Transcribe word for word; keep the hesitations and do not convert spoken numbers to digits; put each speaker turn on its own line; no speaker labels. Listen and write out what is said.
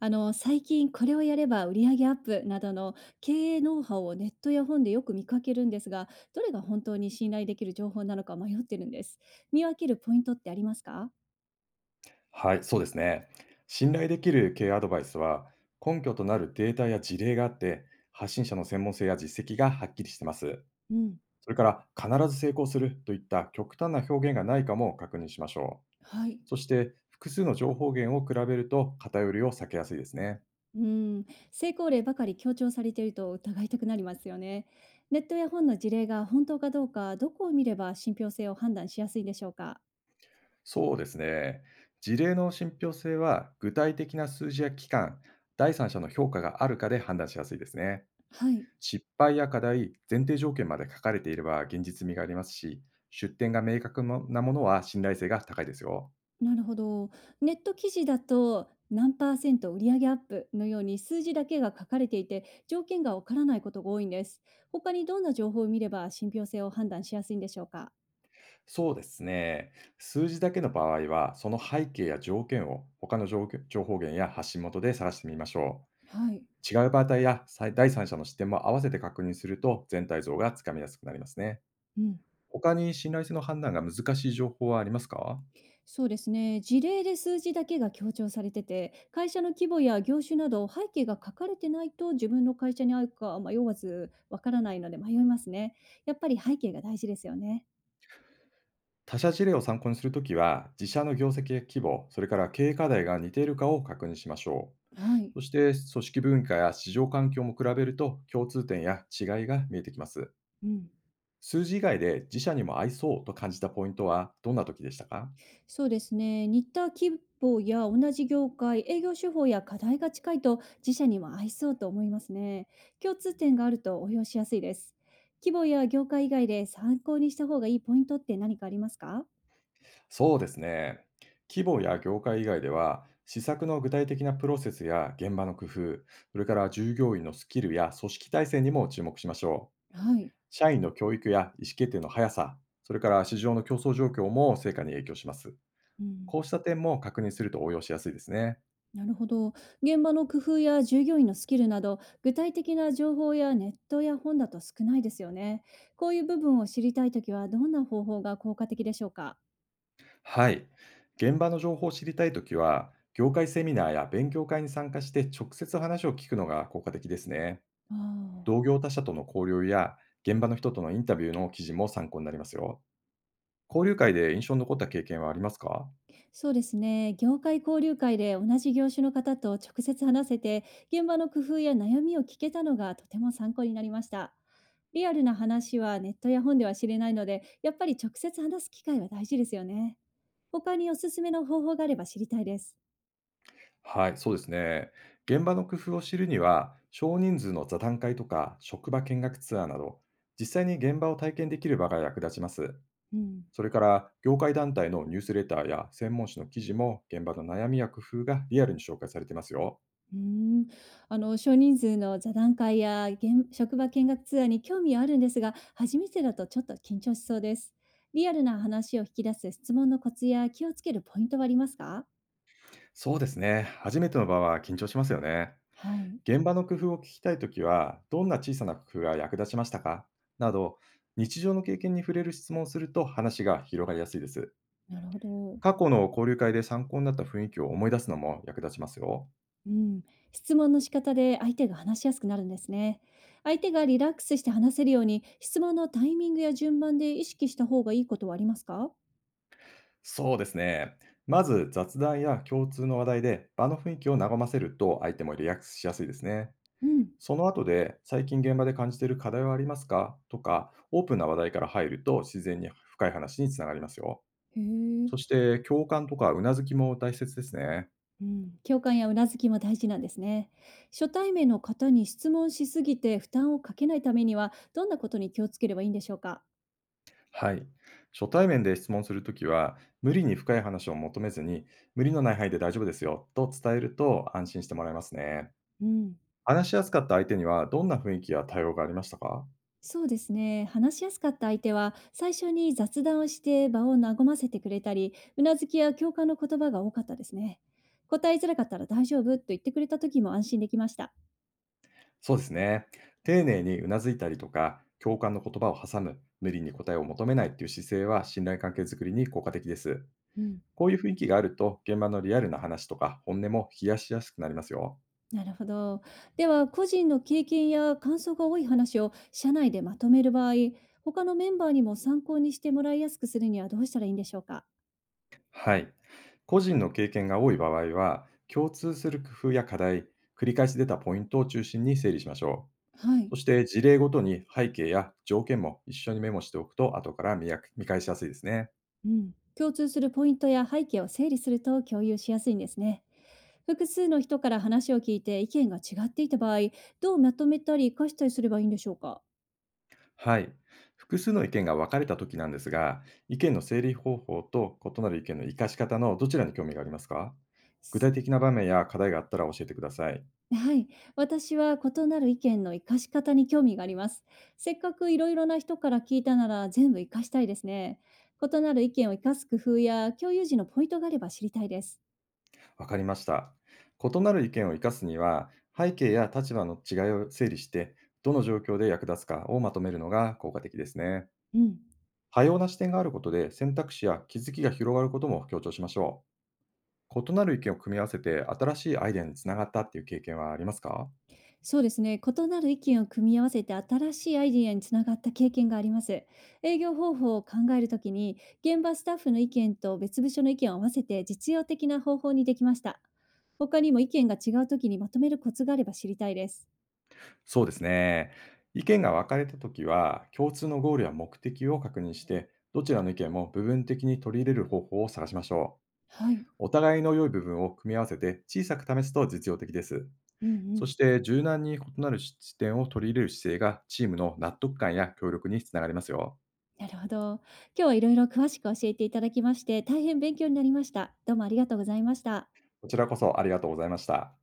あの、最近これをやれば売上アップなどの経営ノウハウをネットや本でよく見かけるんですが、どれが本当に信頼できる情報なのか迷ってるんです。見分けるポイントってありますか？
はい、そうですね。信頼できる経営アドバイスは、根拠となるデータや事例があって、発信者の専門性や実績がはっきりしてます。
うん、
それから、必ず成功するといった極端な表現がないかも確認しましょう。
はい。
そして、複数の情報源を比べると偏りを避けやすいですね。
うん、成功例ばかり強調されていると疑いたくなりますよね。ネットや本の事例が本当かどうか、どこを見れば信憑性を判断しやすいでしょうか？
そうですね。事例の信憑性は、具体的な数字や期間、第三者の評価があるかで判断しやすいですね。
はい。
失敗や課題、前提条件まで書かれていれば現実味がありますし、出典が明確なものは信頼性が高いですよ。
なるほど。ネット記事だと何パーセント売上アップのように数字だけが書かれていて条件がわからないことが多いんです。他にどんな情報を見れば信憑性を判断しやすいんでしょうか？
そうですね。数字だけの場合は、その背景や条件を他の情情報源や発信元で探してみましょ
はい。
う。違う場体やさい第三者の視点も合わせて確認すると全体像がつかみやすくなりますね。
うん、
他に信頼性の判断が難しい情報はありますか？
そうですね。事例で数字だけが強調されてて、会社の規模や業種など背景が書かれてないと自分の会社に合うか迷わずわからないので迷いますね。やっぱり背景が大事ですよね。
他社事例を参考にするときは、自社の業績や規模、それから経営課題が似ているかを確認しましょう。
はい。
そして、組織文化や市場環境も比べると共通点や違いが見えてきます。
うん。
数字以外で自社にも合いそうと感じたポイントはどんな時でしたか？
そうですね。ニッターや同じ業界、営業手法や課題が近いと自社には合いそうと思いますね。共通点があると応用しやすいです。規模や業界以外で参考にした方がいいポイントって何かありますか？
そうですね。規模や業界以外では、施策の具体的なプロセスや現場の工夫、それから従業員のスキルや組織体制にも注目しましょう。
はい。
社員の教育や意思決定の速さ、それから市場の競争状況も成果に影響します。
うん、
こうした点も確認すると応用しやすいですね。
なるほど。現場の工夫や従業員のスキルなど、具体的な情報やネットや本だと少ないですよね。こういう部分を知りたいときは、どんな方法が効果的でしょうか？
はい。現場の情報を知りたいときは、業界セミナーや勉強会に参加して直接話を聞くのが効果的ですね。
ああ
同
ー。
業他社との交流や現場の人とのインタビューの記事も参考になりますよ。交流会で印象に残った経験はありますか？
そうですね。業界交流会で同じ業種の方と直接話せて、現場の工夫や悩みを聞けたのがとても参考になりました。リアルな話はネットや本では知れないので、やっぱり直接話す機会は大事ですよね。他におすすめの方法があれば知りたいです。
はい、そうですね。現場の工夫を知るには、少人数の座談会とか職場見学ツアーなど、実際に現場を体験できる場が役立ちます。
うん。
それから業界団体のニュースレターや専門誌の記事も現場の悩みや工夫がリアルに紹介されていますよ。
うーん、あの少人数の座談会や現職場見学ツアーに興味はあるんですが、初めてだとちょっと緊張しそうです。リアルな話を引き出す質問のコツや気をつけるポイントはありますか？
そうですね。初めての場は緊張しますよね。
はい、
現場の工夫を聞きたいときは、どんな小さな工夫が役立ちましたかなど、日常の経験に触れる質問をすると話が広がりやすいです。
なるほど。
過去の交流会で参考になった雰囲気を思い出すのも役立ちますよ。
うん、質問の仕方で相手が話しやすくなるんですね。相手がリラックスして話せるように、質問のタイミングや順番で意識した方がいいことはありますか？
そうですね。まず雑談や共通の話題で場の雰囲気を和ませると相手もリラックスしやすいですね。
うん。
その後で、最近現場で感じている課題はありますかとか、オープンな話題から入ると自然に深い話につながりますよ。
へえ。
そして、共感とかうなずきも大切ですね。
うん、共感やうなずきも大事なんですね。初対面の方に質問しすぎて負担をかけないためには、どんなことに気をつければいいんでしょうか？
はい。初対面で質問するときは、無理に深い話を求めずに、無理のない範囲で大丈夫ですよと伝えると安心してもらえますね。
うん。
話しやすかった相手には、どんな雰囲気や対応がありましたか？
そうですね。話しやすかった相手は、最初に雑談をして場を和ませてくれたり、うなずきや共感の言葉が多かったですね。答えづらかったら大丈夫と言ってくれた時も安心できました。
そうですね。丁寧にうなずいたりとか、共感の言葉を挟む、無理に答えを求めないっていう姿勢は信頼関係づくりに効果的です。
うん、
こういう雰囲気があると、現場のリアルな話とか本音も冷やしやすくなりますよ。
なるほど。では、個人の経験や感想が多い話を社内でまとめる場合、他のメンバーにも参考にしてもらいやすくするにはどうしたらいいんでしょうか？
はい。個人の経験が多い場合は、共通する工夫や課題、繰り返し出たポイントを中心に整理しましょ
はい。
う。そして事例ごとに背景や条件も一緒にメモしておくと、後から見や見返しやすいですね。
うん、共通するポイントや背景を整理すると共有しやすいんですね。複数の人から話を聞いて意見が違っていた場合、どうまとめたり活かしたりすればいいんでしょうか？
はい。複数の意見が分かれたときなんですが、意見の整理方法と異なる意見の活かし方のどちらに興味がありますか？
す
具体的な場面や課題があったら教えてください。
はい。私は異なる意見の活かし方に興味があります。せっかくいろいろな人から聞いたなら全部活かしたいですね。異なる意見を活かす工夫や共有時のポイントがあれば知りたいです。
わかりました。異なる意見を活かすには、背景や立場の違いを整理して、どの状況で役立つかをまとめるのが効果的ですね。
うん。
多様な視点があることで選択肢や気づきが広がることも強調しましょう。異なる意見を組み合わせて新しいアイデアにつながったっていう経験はありますか？
そうですね。異なる意見を組み合わせて新しいアイディアにつながった経験があります。営業方法を考えるときに、現場スタッフの意見と別部署の意見を合わせて実用的な方法にできました。他にも意見が違うときにまとめるコツがあれば知りたいです。
そうですね。意見が分かれたときは、共通のゴールや目的を確認して、どちらの意見も部分的に取り入れる方法を探しましょ
は
う。
い。
お互いの良い部分を組み合わせて小さく試すと実用的です。
うんう
そ
ん。
して柔軟に異なる視点を取り入れる姿勢がチームの納得感や協力につながりますよ。
なるほど。今日はいろいろ詳しく教えていただきまして、大変勉強になりました。どうもありがとうございました。
こちらこそありがとうございました。